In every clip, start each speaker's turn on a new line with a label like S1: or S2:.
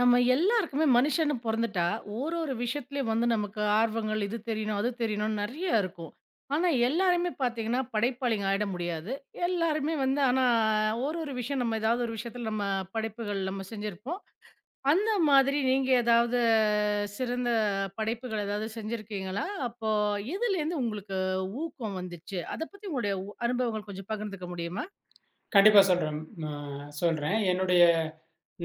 S1: நம்ம எல்லாருக்குமே மனுஷன்னு பொறந்துட்டா, ஒரு ஒரு விஷயத்துலயும் வந்து நமக்கு ஆர்வங்கள், இது தெரியணும், அது தெரியணும்னு நெறைய இருக்கும். ஆனா, எல்லாருமே பாத்தீங்கன்னா, படைப்பாளிங்க ஆயிட முடியாது. எல்லாருமே வந்து ஆனா, ஒரு ஒரு விஷயம் நம்ம ஏதாவது ஒரு விஷயத்துல நம்ம படைப்புகள் நம்ம செஞ்சிருப்போம். அந்த மாதிரி நீங்க ஏதாவது சிறந்த படைப்புகள் ஏதாவது செஞ்சிருக்கீங்களா? அப்போ எதுலேருந்து உங்களுக்கு ஊக்கம் வந்துச்சு? அத பத்தி உங்களுடைய அனுபவங்கள் கொஞ்சம் பகிர்ந்துக்க முடியுமா?
S2: கண்டிப்பா சொல்றேன். அ சொல்றேன்.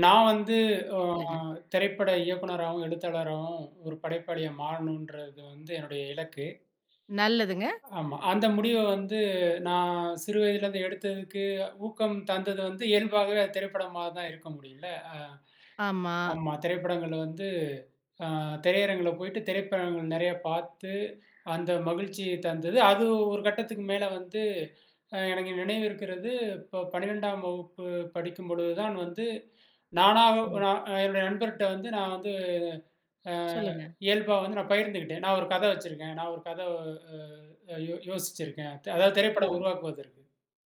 S2: நான் வந்து அ
S1: சொல்லுங்க.
S2: திரைப்பட இயக்குனராவும், எழுத்தாளராவும் ஒரு படைப்பாளியா மாறணுன்றது வந்து என்னுடைய இலக்கு.
S1: நல்லதுங்க.
S2: ஆமா. அந்த முடிவ வந்து நான் சிறு வயதிலேருந்து எடுத்ததுக்கு ஊக்கம் தந்தது வந்து இயல்பாகவே அது திரைப்படமா தான் இருக்க முடியும்ல.
S1: ஆமா.
S2: ஆமா. திரைப்படங்கள் வந்து ஆ திரையரங்குல போயிட்டு திரைப்படங்கள் நெறைய பார்த்து, அந்த மகிழ்ச்சி தந்தது. அது ஒரு கட்டத்துக்கு மேல வந்து எனக்கு நினைவு இருக்கிறது, இப்போ 12ஆம் வகுப்பு படிக்கும்பொழுது தான் வந்து நானா
S1: ம்.
S2: நான் என்னுடைய நண்பர்ட்ட வந்து நான் வந்து அ
S1: சொல்லுங்க.
S2: இயல்பா வந்து நான் பகிர்ந்துக்கிட்டேன். நான் ஒரு கதை வச்சிருக்கேன். நான் ஒரு கதை அ யோ யோசிச்சிருக்கேன். அதாவது திரைப்படம்
S1: ஓ!
S2: உருவாக்குவதற்கு.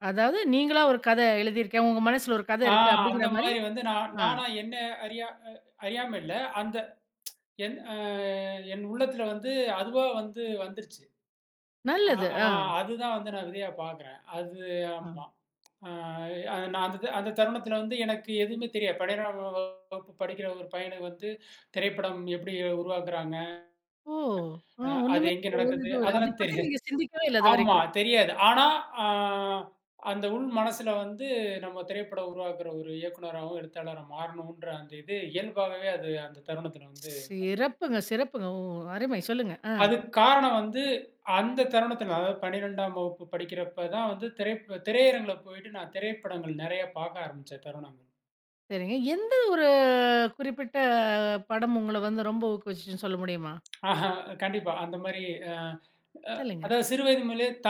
S1: அதாவது நீங்களா ஒரு கதை எழுதியிருக்கேன். உங்க மனசுல ஒரு கதை
S2: ஆ
S1: இருக்கு
S2: அந்த
S1: அப்படிங்கிற மாரி
S2: மாரி வந்து நான்
S1: ஆ.
S2: நானா என்ன அறியா அ அறியாம இல்ல. அந்த என் அ என் உள்ளத்துல வந்து அதுவா வந்து வந்துருச்சு. ஆ,
S1: நல்லது.
S2: ஆ
S1: ஆ.
S2: அதுதான் வந்து நான் விதையா பார்க்குறேன். அது
S1: ஆ.
S2: ஆமா. ஆ அது நான் அந்த அந்த தருணத்தில வந்து எனக்கு எதுவுமே தெரியாது. 12ஆம் வகுப்பு படிக்கிற ஒரு பையனுக்கு வந்து திரைப்படம் எப்படி உருவாக்குறாங்க?
S1: ஓ! ஆ
S2: அது
S1: ஒண்ணுமே
S2: எங்க
S1: ஒரு
S2: நடக்குது?
S1: இது இல்ல. அத
S2: அதெல்லாம்
S1: பத்தி
S2: தெரியாது.
S1: நீங்க சிந்திக்கவே இல்ல
S2: ஆமா
S1: இதுவரைக்கும்.
S2: தெரியாது. ஆனா, ஆ அந்த உள் மனசுல வந்து நம்ம திரைப்படம் உருவாக்குற ஒரு இயக்குனராவும், எழுத்தாளரா மாறணுன்ற அந்த இது இயல்பாகவே அது அந்த தருணத்தில வந்து
S1: சிறப்புங்க, சிறப்புங்க. ஓ! அருமை. சொல்லுங்க. ஆ
S2: அதுக்கு காரணம் வந்து, அந்த தருணத்தில அதாவது 12ஆம் வகுப்பு படிக்கிறப்ப தான் வந்து திரையரங்குல போயிட்டு நான் திரைப்படங்கள் நெறைய பார்க்க ஆரம்பிச்ச தருணங்கள்.
S1: சரிங்க. எந்த ஒரு குறிப்பிட்ட படம் உங்கள வந்து ரொம்ப ஊக்குவிச்சுச்சுன்னு சொல்ல முடியுமா?
S2: ஆஹா, கண்டிப்பா. அந்த மாரி அ அ
S1: சொல்லுங்க.
S2: அதாவது சிறு வயது முதலே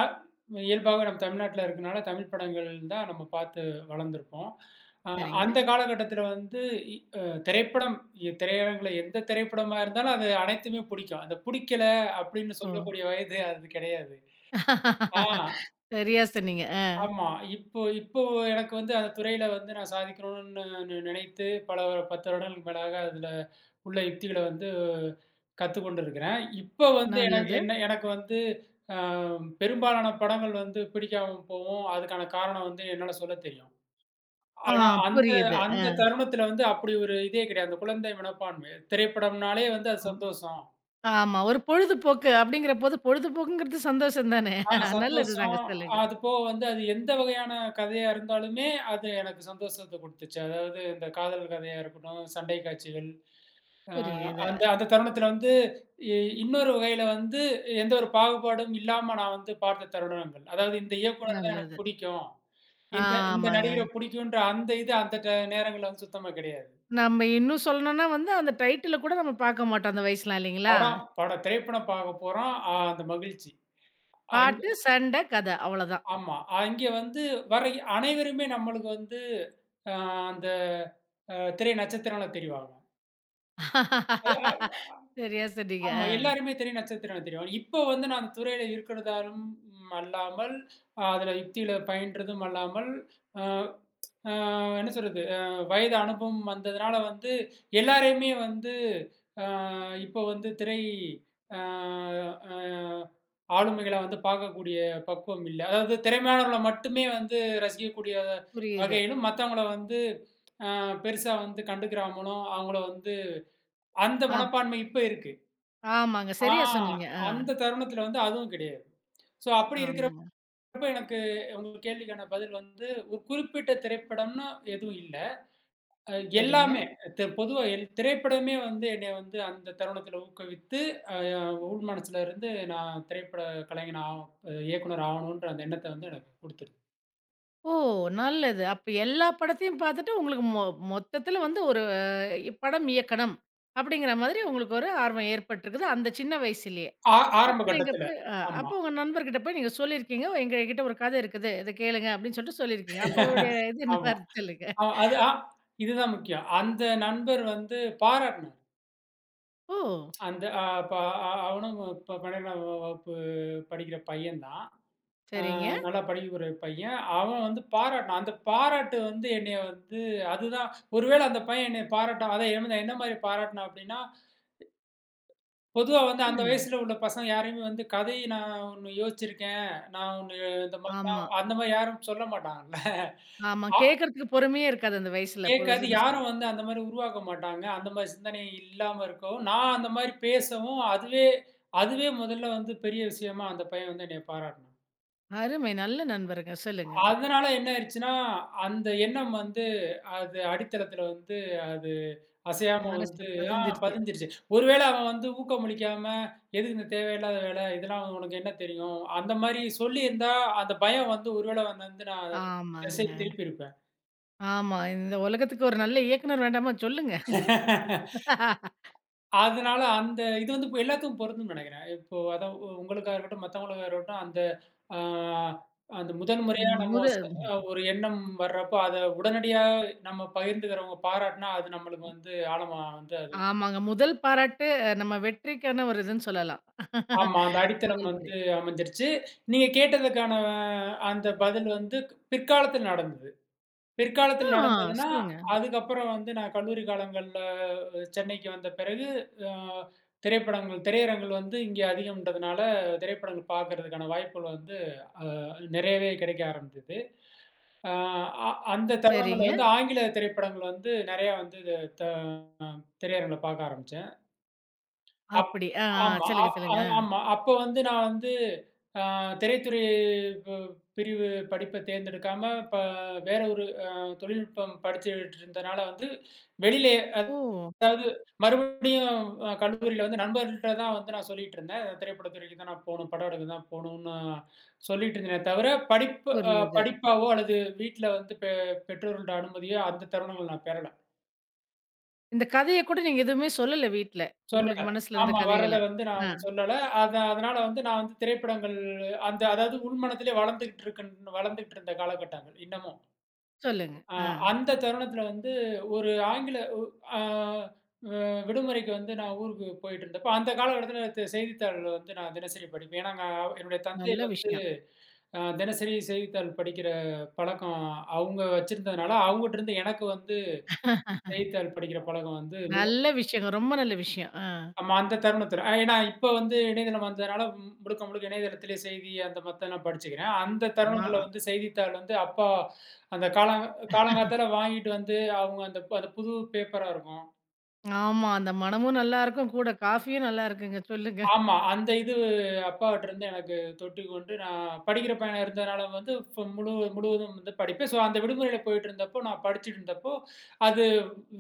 S2: இயல்பாவே நம்ம தமிழ்நாட்ல இருக்கனால, தமிழ் படங்கள் தான் நம்ம பார்த்து வளர்ந்துருப்போம். அ
S1: சரிங்க.
S2: அந்த காலகட்டத்தில வந்து இ அ திரைப்படம் திரையரங்குல எந்த திரைப்படமா இருந்தாலும், அது அனைத்துமே பிடிக்கும். அந்த பிடிக்கல அப்படின்னு
S1: ஓ!
S2: சொல்லக்கூடிய வயது அது கிடையாது. ஆ.
S1: சரியா சொன்னீங்க.
S2: ஆமா. இப்போ இப்போ எனக்கு வந்து அந்த துறையில வந்து நான் சாதிக்கணும்னு நினைத்து பல 10 வருடங்களுக்கு மேலாக அதில உள்ள யுக்திகள வந்து கத்துக்கொண்டு இருக்கிறேன். இப்ப வந்து எனக்கு
S1: நல்லது.
S2: என்ன எனக்கு வந்து அ பெரும்பாலான படங்கள் வந்து பிடிக்காம போவும். அதுக்கான காரணம் வந்து என்னால சொல்ல தெரியும்.
S1: ஆ
S2: ஆனா அந்த
S1: புரியுது.
S2: அந்த தருணத்தில வந்து அப்படி ஒரு இதே கிடையாது. அந்த குழந்தை மனப்பான்மை. திரைப்படம்னாலே வந்து அது
S1: அம்.
S2: சந்தோஷம்.
S1: ஆமா. ஒரு பொழுதுபோக்கு அப்படிங்கிற போது பொழுதுபோக்குங்கிறது சந்தோஷம் தானே. நல்லது
S2: சந்தோஷம்.
S1: தாங்க. சொல்லுங்க.
S2: அது போக வந்து அது எந்த வகையான கதையா இருந்தாலுமே, அது எனக்கு சந்தோஷத்த குடுத்துச்சு. அதாவது இந்த காதல் கதையா இருக்கட்டும், சண்டை காட்சிகள். ஆ
S1: புரியுது.
S2: அந்த அந்த தருணத்தில வந்து இ இன்னொரு வகையில வந்து எந்த ஒரு பாகுபாடும் இல்லாம நான் வந்து பார்த்த தருணங்கள். அதாவது இந்த இயக்குனர் தான் எனக்கு
S1: நல்லது.
S2: புடிக்கும். இந்த இந்த
S1: ஆமாங்க.
S2: நடிகர புடிக்குன்ற அந்த இது அந்த நேரங்கள்ல வந்து சுத்தமா கிடையாது.
S1: நம்ம இன்னும் சொல்லணும்னா வந்து அந்த டைட்டில கூட நம்ம பாக்க மாட்டோம் அந்த வயசுலாம் இல்லைங்களா?
S2: படம் படம் திரைப்படம் பார்க்க போறோம். அந்த மகிழ்ச்சி. அங்
S1: பாட்டு, சண்டை, கதை அவ்வளோதான்.
S2: ஆமா. அங்கே வந்து வர அனைவருமே நம்மளுக்கு வந்து அ அந்த திரை நட்சத்திரங்களா தெரிவாங்க. அது அ
S1: சரியா சொன்னீங்க.
S2: ஆமா. எல்லாருமே திரை நட்சத்திரங்களா தெரிவாங்க. இப்ப வந்து நான் அந்த துறையில இருக்கிறதாலும் அல்லாமல், அதுல யுக்தியில பயின்றதும் அல்லாமல், அ ஆ என்ன சொல்றது? வயது அனுபவம் வந்ததுனால வந்து, எல்லாரையுமே வந்து அ இப்போ வந்து திரை அ அ ஆளுமைகளா வந்து பார்க்கக்கூடிய பக்குவம் இல்ல. அதாவது திறமையானவர்கள மட்டுமே வந்து ரசிக்கக்கூடிய
S1: புரியுது.
S2: வகையிலும், மத்தவங்கள வந்து பெருசா வந்து கண்டுக்கிறாமலும், அவங்கள வந்து அந்த
S1: ஆம்
S2: மனப்பான்மை இப்ப இருக்கு.
S1: ஆமாங்க.
S2: ஆ
S1: சரியா சொன்னீங்க. ஆ.
S2: அந்த தருணத்துல வந்து அதுவும் கிடையாது. ஸோ அப்படி இருக்கிறப்ப
S1: ஆமாங்க.
S2: எனக்கு உங்க கேள்விக்கான பதில் வந்து, ஒரு குறிப்பிட்ட திரைப்படம்னு எதுவும் இல்ல. அ
S1: சரிங்க.
S2: எல்லாமே. பொதுவா திரைப்படமே வந்து என்னைய வந்து அந்த தருணத்தில ஊக்குவித்து, அ உள் மனசுல இருந்து நான் திரைப்பட கலைஞன் ஆவ் அ இயக்குனர் ஆவணுன்ற அந்த எண்ணத்த வந்து எனக்கு குடுத்துரு.
S1: ஓ! நல்லது. அப்ப எல்லா படத்தையும் பாத்துட்டு உங்களுக்கு மொத்தத்துல வந்து ஒரு படம் இயக்கணும் அப்படிங்கிற மாதிரி உங்களுக்கு ஒரு ஆர்வம் ஏற்பட்டிருக்குது அந்த சின்ன வயசுலயே.
S2: ஆ ஆரம்ப
S1: அப்ப நீங்க
S2: கட்டத்துல.
S1: போய்
S2: ஆமா,
S1: அப்ப உங்க நண்பர்கிட்ட போய் நீங்க சொல்லியிருக்கீங்க. எங்ககிட்ட ஒரு கதை இருக்குது. இத கேளுங்க அப்படின்னு சொல்லிட்டு சொல்லியிருக்கீங்க. அப்ப அவருடைய இது என்னவா
S2: ஆமா.
S1: இருந்துச்சு சொல்லுங்க.
S2: அ அது ஆ இதுதான் முக்கியம். அந்த நண்பர் வந்து பாராட்டுனாரு.
S1: ஓ!
S2: அந்த அ ப ஆ, அவனும் இப்ப 12ஆம் வகுப்பு படிக்கிற பையன் தான். ஆ
S1: சரிங்க.
S2: நல்லா படிக்கக்கூடிய பையன். அவன் வந்து பாராட்டினான். அந்த பாராட்டு வந்து என்னைய வந்து அதுதான் ஒருவேளை அந்த பையன் என்னைய பாராட்ட அதான் என்ன என்ன மாரி பாராட்டினான் அப்டின்னா, பொதுவா வந்து அந்த
S1: சொல்லுங்க.
S2: வயசுல உள்ள பசங்க யாரையுமே வந்து கதை நான் ஒண்ணு யோசிச்சிருக்கேன். நான் ஒண்ணு இந்த மாரிலாம்
S1: ஆமா,
S2: அந்த மாரி யாரும் சொல்ல மாட்டாங்கல்ல.
S1: ஆமா.
S2: ஆ
S1: கேட்கறதுக்கு பொறுமையே இருக்காது அந்த வயசுல.
S2: கேட்காது
S1: புதுசுன்னு சொல்லி.
S2: யாரும் வந்து அந்த மாரி உருவாக்க மாட்டாங்க. அந்த மாரி சிந்தனை இல்லாம இருக்கவும், நான் அந்த மாரி பேசவும் அதுவே அதுவே முதல்ல வந்து பெரிய விஷயமா அந்த பையன் வந்து என்னைய பாராட்டினான்.
S1: அருமை. நல்ல நண்பருங்க. சொல்லுங்க.
S2: அதனால என்ன ஆயிருச்சுன்னா, அந்த எண்ணம் வந்து அது அடித்தளத்தில வந்து அது அசையாம
S1: மனசுல
S2: வந்து ஆ
S1: பதிஞ்சிருச்சு.
S2: பதிஞ்சிருச்சு. ஒருவேள அவன் வந்து ஊக்கமளிக்காம, "எதுக்கு இந்த தேவையில்லாத வேலை? இதெல்லாம் உனக்கு என்ன தெரியும்?" அந்த மாரி சொல்லியிருந்தா, அந்த பயம் வந்து ஒருவேள அவன வந்து நான் திசை
S1: ஆமாங்க.
S2: திருப்பியிருப்பேன்.
S1: ஆமா. இந்த உலகத்துக்கு ஒரு நல்ல இயக்குனர் வேண்டாமா? சொல்லுங்க.
S2: அதனால அந்த இது வந்து இப்ப எல்லாத்துக்கும் பொருந்தும்னு நெனைக்கிறேன். இப்போ அதான் உங்களுக்கா இருக்கட்டும், மத்தவங்களுக்கா இருக்கட்டும், அந்த ஆ அந்த முதல் முறையா நம்ம
S1: முத
S2: ஒரு எண்ணம் வர்றப்போ, அத உடனடியா நம்ம பகிர்ந்துக்கிறவங்க பாராட்டுனா, அது நம்மளுக்கு வந்து ஆழமா வந்து அது
S1: ஆமாங்க. முதல் பாராட்டு நம்ம வெற்றிக்கான ஒரு இதுன்னு சொல்லலாம்.
S2: ஆமா, அந்த அடித்தளம்
S1: முதல் படி.
S2: வந்து அமைஞ்சிருச்சு. நீங்க கேட்டதுக்கான அந்த பதில் வந்து பிற்காலத்தில் நடந்தது.
S1: ஆ
S2: பிற்காலத்தில் நடந்ததுன்னா,
S1: சொல்லுங்க.
S2: அதுக்கப்புறம் வந்து நான் கல்லூரி காலங்கள்ல சென்னைக்கு வந்த பிறகு, அ திரைப்படங்கள் திரையரங்குகள் வந்து இங்கே அதிகம்ன்றதுனால, திரைப்படங்கள் பார்க்கறதுக்கான வாய்ப்புகள் வந்து அ நிறையவே கிடைக்க ஆரம்பிச்சது. அ அ அந்த தருணங்கள்ல
S1: சரிங்க.
S2: வந்து ஆங்கில திரைப்படங்கள் வந்து நெறையா வந்து த திரையரங்குல பார்க்க ஆரம்பிச்சேன். அப்
S1: அப்படி. ஆ, ஆ.
S2: ஆமா. அ
S1: சொல்லுங்க,
S2: அ
S1: சொல்லுங்க. ஆ.
S2: ஆமா. அப்ப வந்து நான் வந்து அ திரைத்துறை ப பிரிவு படிப்ப தேர்ந்தெடுக்காம, இப்ப வேற ஒரு தொழில்நுட்பம் படிச்சுட்டு இருந்தனால வந்து, வெளியிலே
S1: ஓ!
S2: அதாவது மறுபடியும் கல்லூரியில வந்து நண்பர்கள்ட்ட தான் வந்து நான் சொல்லிட்டு இருந்தேன். திரைப்படத்துறைக்கு தான் நான் போணும், படம் எடுக்க தான் போணும்னு சொல்லிட்டு இருந்தேனே தவிர, படிப்பு அ
S1: புரியுது.
S2: படிப்பாவோ அல்லது வீட்ல வந்து பெற்றோர்களோட அனுமதியோ அந்த தருணங்கள்ல நான் பெறல.
S1: இந்த கதைய கூட நீங்க எதுவுமே சொல்லல வீட்ல.
S2: சொல்லல.
S1: உங்களுக்கு மனசுல இருந்த
S2: ஆமா.
S1: கதைகள.
S2: வர்றத வந்து
S1: ஆ,
S2: நான் சொல்லல. அதனால வந்து நான் வந்து திரைப்படங்கள் அந்த அதாவது உள்மனதிலே வளர்ந்துகிட்டு இருந்த காலகட்டங்கள் இன்னமும்.
S1: சொல்லுங்க.
S2: அ
S1: ஆ,
S2: அந்த தருணத்தில வந்து ஒரு ஆங்கில உ அ அ விடுமுறைக்கு வந்து நான் ஊருக்கு போயிட்டு இருந்தப்ப, அந்த காலகட்டத்தில செய்தித்தாள் வந்து நான் தினசரி படிப்பேன். ஏன்னா, நான் என்னுடைய தந்தை
S1: நல்ல
S2: வந்து
S1: விஷயம்.
S2: தினசரி செய்தித்தாள் படிக்கிற பழக்கம் அவங்க வச்சிருந்ததுனால, அவங்ககிட்டருந்து எனக்கு வந்து செய்தித்தாள் படிக்கிற பழக்கம் வந்து
S1: நல்ல விஷயங்க. ரொம்ப நல்ல விஷயம். ஆ.
S2: ஆமா. அந்த தருணத்தில. ஏன்னா இப்ப வந்து இணையதளம் வந்ததுனால முழுக்க முழுக்க இணையதளத்திலே செய்தி அந்த மத்தெல்லாம் படிச்சுக்கிறேன். அந்த
S1: ஆ,
S2: தருணங்கள்ல
S1: ஆ.
S2: வந்து செய்தித்தாள் வந்து அப்பா அந்த காலங்காத்தால வாங்கிட்டு வந்து அவங்க அந்த அந்த புது பேப்பரா இருக்கும்.
S1: ஆமா. அந்த மனமும் நல்லாருக்கும். கூட காஃபியும் நல்லா இருக்குங்க. சொல்லுங்க.
S2: ஆமா. அந்த இது அப்பாகிட்டருந்து எனக்கு தொட்டு கொண்டு நான் படிக்கிற பையனா இருந்ததுனால வந்து இப்ப முழுவதும் வந்து படிப்பேன். ஸோ அந்த விடுமுறையில போயிட்டுருந்தப்போ நான் படிச்சுட்டு இருந்தப்போ, அது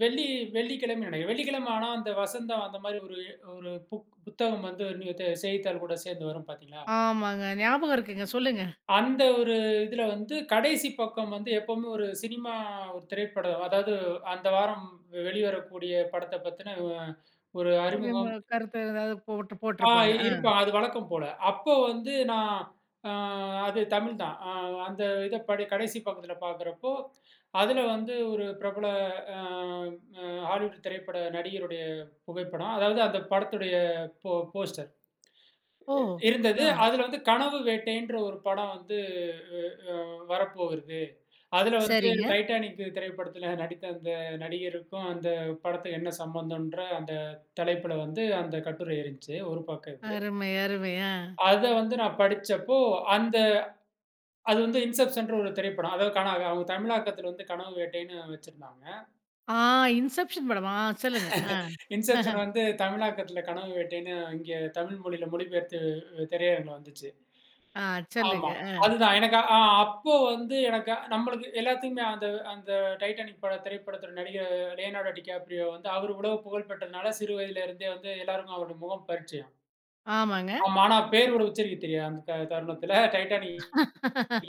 S2: வெள்ளி வெள்ளிக்கிழமை நினைக்கிறேன். வெள்ளிக்கிழமை ஆனா அந்த வசந்தம் அந்த மாரி ஒரு ஒரு புத்தகம் வந்து ஒரு நியூ த செய்தித்தாள் கூட சேர்ந்து வரும் பார்த்தீங்களா?
S1: ஆமாங்க. ஞாபகம் இருக்குங்க. சொல்லுங்க.
S2: அந்த ஒரு இதுல வந்து கடைசி பக்கம் வந்து எப்பவுமே ஒரு சினிமா ஒரு திரைப்படம், அதாவது அந்த வாரம் வெளிவரக்கூடிய படத்த பத்தின ஒரு
S1: விம
S2: அறிமுகம்
S1: கருத்து ஏதாவது போட்டு
S2: ஆ
S1: போட்டுருப்பாங்க. ஆ.
S2: இருப்பாங்க. அது வழக்கம் போல. அப்போ வந்து நான் அ அது தமிழ் தான். அந்த இத படி கடைசி பக்கத்துல பார்க்குறப்போ, அதுல வந்து ஒரு பிரபல அ அ ஹாலிவுட் திரைப்பட நடிகருடைய புகைப்படம். அதாவது அந்த படத்துடைய போஸ்டர்.
S1: ஓ!
S2: இருந்தது.
S1: ஆ.
S2: அதுல வந்து கனவு வேட்டைன்ற ஒரு படம் வந்து அ வரப்போகுது. அதுல வந்து
S1: சரிங்க.
S2: டைட்டானிக் திரைப்படத்துல நடித்த அந்த நடிகருக்கும், அந்த படத்துக்கு என்ன சம்மந்தம்ன்ற அந்த தலைப்புல வந்து அந்த கட்டுரை இருந்துச்சு. ஒரு பக்கம் இது.
S1: அருமை, அருமை. ஆ.
S2: அத வந்து நான் படிச்சப்போ, அந்த அது வந்து இன்செப்ஷன்ற ஒரு திரைப்படம். அதாவது அவங்க தமிழாக்கத்துல வந்து கனவு வேட்டைன்னு வச்சிருந்தாங்க.
S1: ஆ, இன்செப்ஷன் படமா? ஆ, சொல்லுங்க. ஆ.
S2: இன்செப்ஷன் வந்து தமிழாக்கத்துல கனவு வேட்டைன்னு இங்க தமிழ் மொழியில மொழிபெயர்த்து திரையரங்குல வந்துச்சு.
S1: ஆ,
S2: ஆமா.
S1: சொல்லுங்க.
S2: அதுதான் எனக்கு அப்போ வந்து எனக்கு நம்மளுக்கு எல்லாத்துக்குமே அந்த அந்த டைட்டானிக் பட திரைப்படத்தோட நடிகர் லியோனார்டோ டிகாப்ரியோ வந்து அவரு இவ்வளவு புகழ் பெற்றதுனால சிறு வயதில இருந்தே வந்து எல்லாருக்கும் அவரோட முகம் பரிச்சயம்.
S1: ஆமாங்க.
S2: ஆமா. ஆனா பேரோட உச்சரிக்க தெரியாது அந்த தருணத்தில. டைட்டானிக்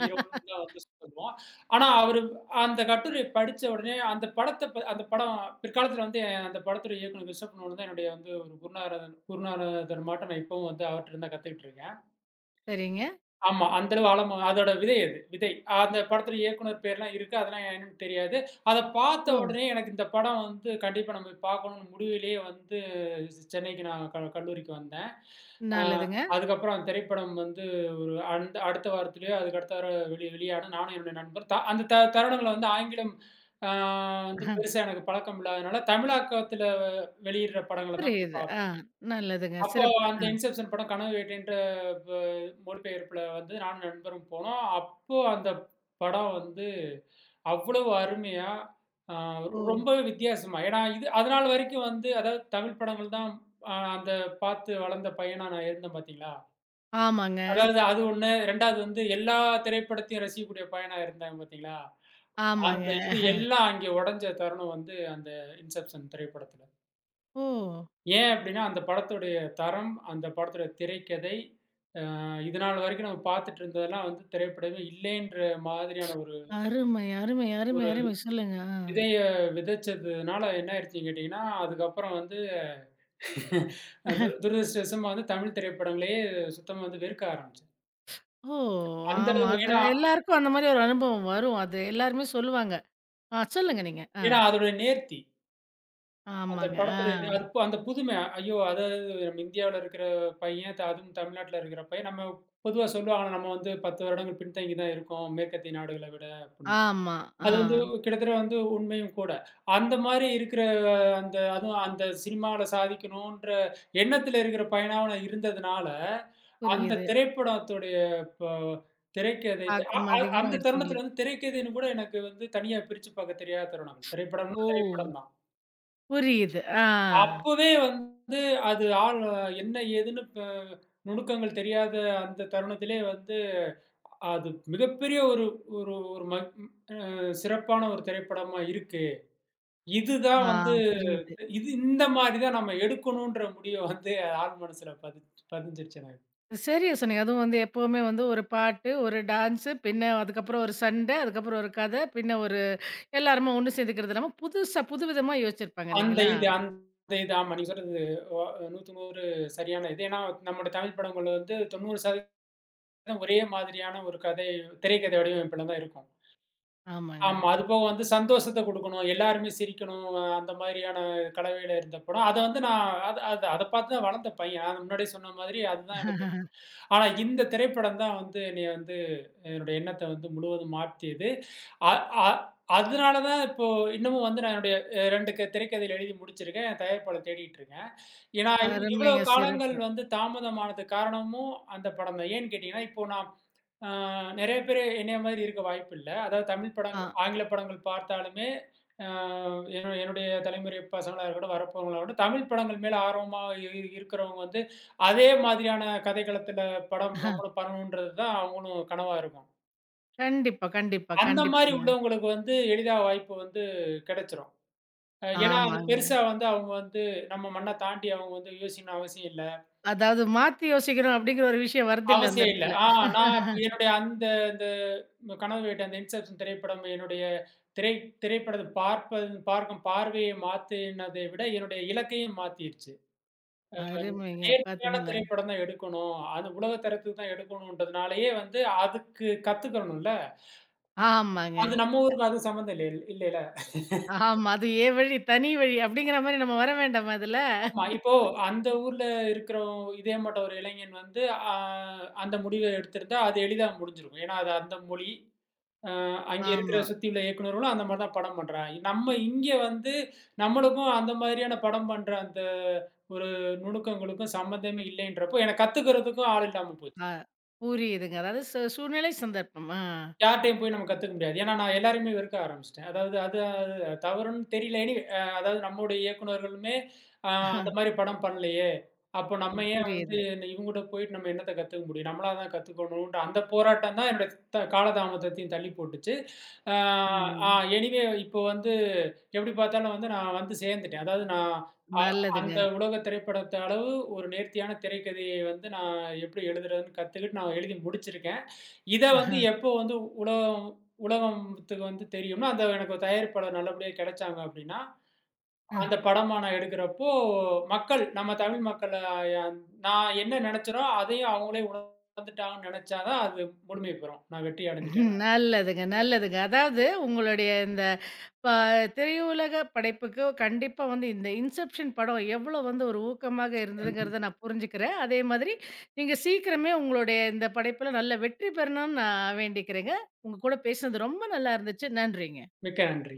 S2: ஹீரோன்னு தான் வந்து சொல்லுவோம். ஆனா அவரு அந்த கட்டுரைய படிச்ச உடனே அந்த படத்த ப அந்த படம் பிற்காலத்தில வந்து அந்த படத்துடைய இயக்குனர் கிறிஸ்டோபர் நோலன் தான் என்னுடைய வந்து ஒரு குருநாதர் குருநாதர் மாட்ட நான் இப்பவும் வந்து அவர்ட்ட இருந்து தான் கத்துக்கிட்டு இருக்கேன்.
S1: சரிங்க.
S2: ஆமா. அந்த அளவு ஆழமா அதோட விதை அது. விதை. அந்த படத்துல இயக்குனர் பேர்லாம் இருக்கு. அதெல்லாம் என்னன்னு தெரியாது. அத
S1: ஓ!
S2: பார்த்த உடனே எனக்கு இந்த படம் வந்து கண்டிப்பா நம்ம பார்க்கணும்னு முடிவிலேயே வந்து சென்னைக்கு நான் கல்லூரிக்கு வந்தேன். அ
S1: நல்லதுங்க.
S2: அதுக்கப்புறம் அந்த திரைப்படம் வந்து ஒரு அந்த அடுத்த வாரத்திலயோ, அதுக்கு அடுத்த வாரம் வெளியான நானும் என்னுடைய நண்பர் அந்த தருணங்கள்ல வந்து ஆங்கிலம் ஆ வந்து
S1: அஹ.
S2: பெருசா எனக்கு பழக்கம் இல்லாதனால, தமிழாக்கத்தில வெளியிடுற படங்கள தான் போய்
S1: புரியுது. ஆ
S2: பார்ப்போம்.
S1: நல்லதுங்க.
S2: அப்போ
S1: சிறப்பு.
S2: அந்த இன்செப்ஷன் படம் கனவு வேட்டைன்ற ப மொழிபெயர்ப்புல வந்து நானும் நண்பரும் போனோம். அப்போ அந்த படம் வந்து அவ்வளவு அருமையா, அ
S1: ஓ!
S2: ரொம்பவே வித்தியாசமா ஏன்னா இது அதுநாள் வரைக்கும் வந்து அதாவது தமிழ் படங்கள் தான் அந்த பார்த்து வளர்ந்த பையனா நான் இருந்தேன் பார்த்தீங்களா?
S1: ஆமாங்க,
S2: அதாவது அது ஒண்ணு 2வது வந்து எல்லா திரைப்படத்தையும் ரசிக்கக்கூடிய பையனா இருந்தாங்க பார்த்தீங்களா?
S1: ஆமாங்க.
S2: அந்த இது எல்லாம் அங்கே உடைஞ்ச தருணம் வந்து அந்த இன்செப்ஷன் திரைப்படத்துல.
S1: ஓ!
S2: ஏன் அப்டின்னா, அந்த படத்துடைய தரம், அந்த படத்துடைய திரைக்கதை இதனால் வரைக்கும் நம்ம பார்த்துட்டு இருந்ததெல்லாம் வந்து திரைப்படமே இல்லேன்ற மாதிரியான ஒரு
S1: அருமை, அருமை, அருமை,
S2: ஒரு
S1: அருமை. சொல்லுங்க. ஆ.
S2: விதைய விதைச்சதுனால என்ன ஆயிடுச்சுன்னு கேட்டீங்கன்னா, அதுக்கப்புறம் வந்து அ துர துரதிர்ஷ்டவசமா வந்து தமிழ் திரைப்படங்களையே சுத்தமா வந்து வெறுக்க ஆரம்பிச்சேன்.
S1: ஓ!
S2: அந்த
S1: ஆமா.
S2: அளவு
S1: அது
S2: ஏன்னா
S1: எல்லாருக்கும் அந்த மாரி ஒரு அனுபவம் வரும். அது எல்லாருமே சொல்லுவாங்க. ஆ சொல்லுங்க நீங்க. ஆ.
S2: ஏன்னா அதோட நேர்த்தி. அந்த
S1: ஆமாங்க. ஆ.
S2: படத்துடைய நே அது அந்த புதுமை. ஐயோ! அதாவது நம்ம இந்தியாவுல இருக்கிற பையன், அதுவும் தமிழ்நாட்டுல இருக்கிற பையன் நம்ம பொதுவா சொல்லுவாங்க, நம்ம வந்து 10 வருடங்கள் பின்தங்கி தான் இருக்கோம். மேற்கத்திய நாடுகள விட அப்டின்னு.
S1: ஆமா. ஆ.
S2: அது வந்து கிட்டத்தட்ட வந்து உண்மையும் கூட. அந்த மாரி இருக்கிற அந்த அதுவும் அந்த சினிமால சாதிக்கணுன்ற எண்ணத்துல இருக்கிற பையனாவும் நான் இருந்ததுனால, அந்த
S1: புரியுது.
S2: திரைப்படத்துடைய ப திரைக்கதை அ
S1: தாக்கம்
S2: அ அந்த
S1: அதிகமாயிடுச்சு
S2: தருணத்துல
S1: உங்களுக்கு.
S2: வந்து திரைக்கதைன்னு கூட எனக்கு வந்து தனியா பிரிச்சு பாக்க தெரியாத தருணம். திரைப்படம்னா
S1: ஓ!
S2: திரைப்படம் தான்.
S1: புரியுது. ஆ.
S2: அப்பவே வந்து அது ஆள் என்ன ஏதுன்னு நுணுக்கங்கள் தெரியாத அந்த தருணத்திலே வந்து, அது மிகப்பெரிய ஒரு ஒரு ஒரு ம சிறப்பான ஒரு திரைப்படமா இருக்கு. இதுதான்
S1: ஆ
S2: வந்து
S1: புரியுது.
S2: இது இந்த மாதிரி தான் நம்ம எடுக்கணுன்ற முடிவு வந்து ஆள் மனசுல பதிஞ்சிருச்சு எனக்கு.
S1: சரியா சொன்னீங்க. அதுவும் வந்து எப்பவுமே வந்து ஒரு பாட்டு, ஒரு டான்ஸு, பின்ன அதுக்கப்புறம் ஒரு சண்டை, அதுக்கப்புறம் ஒரு கதை, பின்ன ஒரு எல்லாருமா ஒண்ணு சேர்ந்துக்கிறது இல்லாம, புதுசா புதுவிதமா யோசிச்சிருப்பாங்க
S2: அந்த
S1: இல்லைங்களா?
S2: இது அந்த இது ஆமா. நீங்க சொல்றது ஒ 100க்கு 100 சரியான இது. ஏன்னா, நம்முடைய தமிழ் படங்கள் வந்து 90% ஒரே மாதிரியான ஒரு கதை திரைக்கதை வடிவமைப்புல தான் இருக்கும்.
S1: ஆமாங்க.
S2: ஆமா. அதுபோக வந்து சந்தோஷத்த குடுக்கணும், எல்லாருமே சிரிக்கணும், அந்த மாதிரியான கலவையில இருந்த படம். அத வந்து நான் அத அத அத பார்த்து தான் வளர்ந்த பையன். நான் முன்னாடியே சொன்ன மாதிரி அதுதான் எனக்கு ஆனா இந்த திரைப்படம் தான் வந்து என்னைய வந்து என்னோட எண்ணத்த வந்து முழுவதும் மாற்றியது. அ அ அதனால தான் இப்போ இன்னமும் வந்து நான் என்னுடைய 2 க திரைக்கதைகள் எழுதி முடிச்சிருக்கேன். என் தயாரிப்பாளர் தேடிட்டு இருக்கேன். ஏன்னா, இவ்வளோ
S1: அருமைங்க,
S2: காலங்கள்
S1: சிறப்பு.
S2: வந்து தாமதமானதுக்கு காரணமும் அந்த படம் தான். ஏன்னு கேட்டீங்கன்னா, இப்போ நான் அ நெறைய பேரு என்னைய மாதிரி இருக்க வாய்ப்பில்ல. அதாவது தமிழ்
S1: ஆ.
S2: படங்கள், ஆங்கில படங்கள் பார்த்தாலுமே அ என்னோ என்னுடைய தலைமுறை பசங்களா இருக்கட்டும், வரப்போறவங்களா இருக்கட்டும், தமிழ் படங்கள் மேல ஆர்வமா இருக்கிறவங்க வந்து அதே மாதிரியான கதைக்களத்தில படம் நம்மளும் பண்ணணுன்றது தான் அவங்களும் கனவா இருக்கும்.
S1: கண்டிப்பா, கண்டிப்பா,
S2: அந்த மாரி
S1: கண்டிப்பாங்க.
S2: உள்ளவங்களுக்கு வந்து எளிதா வாய்ப்பு வந்து கிடைச்சிரும். ஏன்னா, அது
S1: ஆமாங்க.
S2: பெருசா வந்து அவங்க வந்து நம்ம மண்ண தாண்டி அவங்க வந்து யோசிக்கணும்னு அவசியம் இல்ல.
S1: அதாவது மாத்தி யோசிக்கணும் அப்படிங்கிற ஒரு விஷயம் வருதுல்ல அந்த
S2: அவசியம் இல்ல.
S1: இடத்துல.
S2: நான் அப்ப என்னுடைய அந்த இந்த கனவு வீடு அந்த இன்செப்ஷன் திரைப்படம் என்னுடைய திரை திரைப்படத்த பார்க்கும் பார்வையை மாத்தினதை விட என்னுடைய இலக்கையும் மாத்திருச்சு.
S1: அருமைங்க,
S2: நேர்த்தியான
S1: பாத்தீங்களா?
S2: திரைப்படம் தான் எடுக்கணும். அது உலக தரத்துக்கு தான் எடுக்கணும்ன்றதுனாலயே வந்து அதுக்கு கத்துக்கணும்ல. அது
S1: ஆமாங்க.
S2: நம்ம ஊருக்கு அது சம்மந்தம் இல்ல இல்லைல.
S1: ஆமா. அது "என் வழி, தனி வழி" அப்படிங்கிற மாரி நம்ம வர வேண்டாமா அதுல?
S2: ஆமா. இப்போ அந்த ஊர்ல இருக்கிற இதே மாட்ட ஒரு இளைஞன் வந்து, அ அந்த முடிவ எடுத்திருந்தா, அது எளிதா முடிஞ்சிருக்கும். ஏன்னா, அது அந்த மொழி. அ அங்க இருக்கிற
S1: ஆமா.
S2: சுத்தி உள்ள இயக்குனர்களும் அந்த மாரி தான் படம் பண்றாங்க. நம்ம இங்க வந்து நம்மளுக்கும் அந்த மாதிரியான படம் பண்ற அந்த ஒரு நுணுக்கங்களுக்கும் சம்மந்தமே இல்லைன்றப்போ, எனக்கு கத்துக்கிறதுக்கும் ஆள் இல்லாம போச்சு.
S1: அ புரியுதுங்க. அதாவது சூழ்நிலை, சந்தர்ப்பம். ஆ.
S2: யார்ட்டயும் போய் நம்ம கத்துக்க முடியாது. ஏன்னா, நான் எல்லாரையுமே வெறுக்க ஆரம்பிச்சுட்டேன். அதாவது அது அது தவறுன்னு தெரியல. எனி அ அதாவது நம்முடைய இயக்குனர்களுமே அ அந்த மாரி படம் பண்ணலையே! அப்போ நம்ம ஏன் வந்து
S1: புரியுது.
S2: இவங்ககிட்ட போயிட்டு நம்ம என்னத்த கத்துக்க முடியும்? நம்மளா தான் கத்துக்கணுன்ற அந்த போராட்டம் தான் என்னோட காலதாமதத்தையும் தள்ளி போட்டுச்சு. ஆ ஆ
S1: ம்.
S2: எனிவே இப்போ வந்து எப்படி பார்த்தாலும் வந்து நான் வந்து சேர்ந்துட்டேன். அதாவது நான் அ
S1: நல்லதுங்க.
S2: அந்த உலக திரைப்படத்த அளவு ஒரு நேர்த்தியான திரைக்கதையை வந்து நான் எப்படி எழுதுறதுன்னு கத்துக்கிட்டு நான் எழுதி முடிச்சிருக்கேன். இத வந்து
S1: அஹ,
S2: எப்போ வந்து உலகம் உலகத்துக்கு வந்து தெரியும்னா, அந்த எனக்கு தயாரிப்பாளர் நல்லபடியா கிடைச்சாங்க அப்படின்னா,
S1: அ.
S2: அந்த படமா நான் எடுக்கிறப்போ, மக்கள் நம்ம தமிழ் மக்கள் நான் என்ன நினைச்சேனோ, அதையும் அவங்களே உணர்ந்துட்டாங்கன்னு நினைச்சா தான் அது முழுமை பெறும். நான் வெற்றி அடைஞ்சுட்டேன்னு
S1: நல்லதுங்க, நல்லதுங்க. அதாவது உங்களுடைய இந்த ப திரையுலக படைப்புக்கு கண்டிப்பா வந்து இந்த இன்செப்ஷன் படம் எவ்வளோ வந்து ஒரு ஊக்கமாக
S2: அர்த்தம்.
S1: இருந்ததுங்கிறத நான் புரிஞ்சுக்கிறேன். அதே மாதிரி நீங்க சீக்கிரமே உங்களுடைய இந்த படைப்புல நல்ல வெற்றி பெறணும்னு நான் வேண்டிக்கிறேங்க. உங்க கூட பேசினது ரொம்ப நல்லா இருந்துச்சு. நன்றிங்க.
S2: மிக்க நன்றி.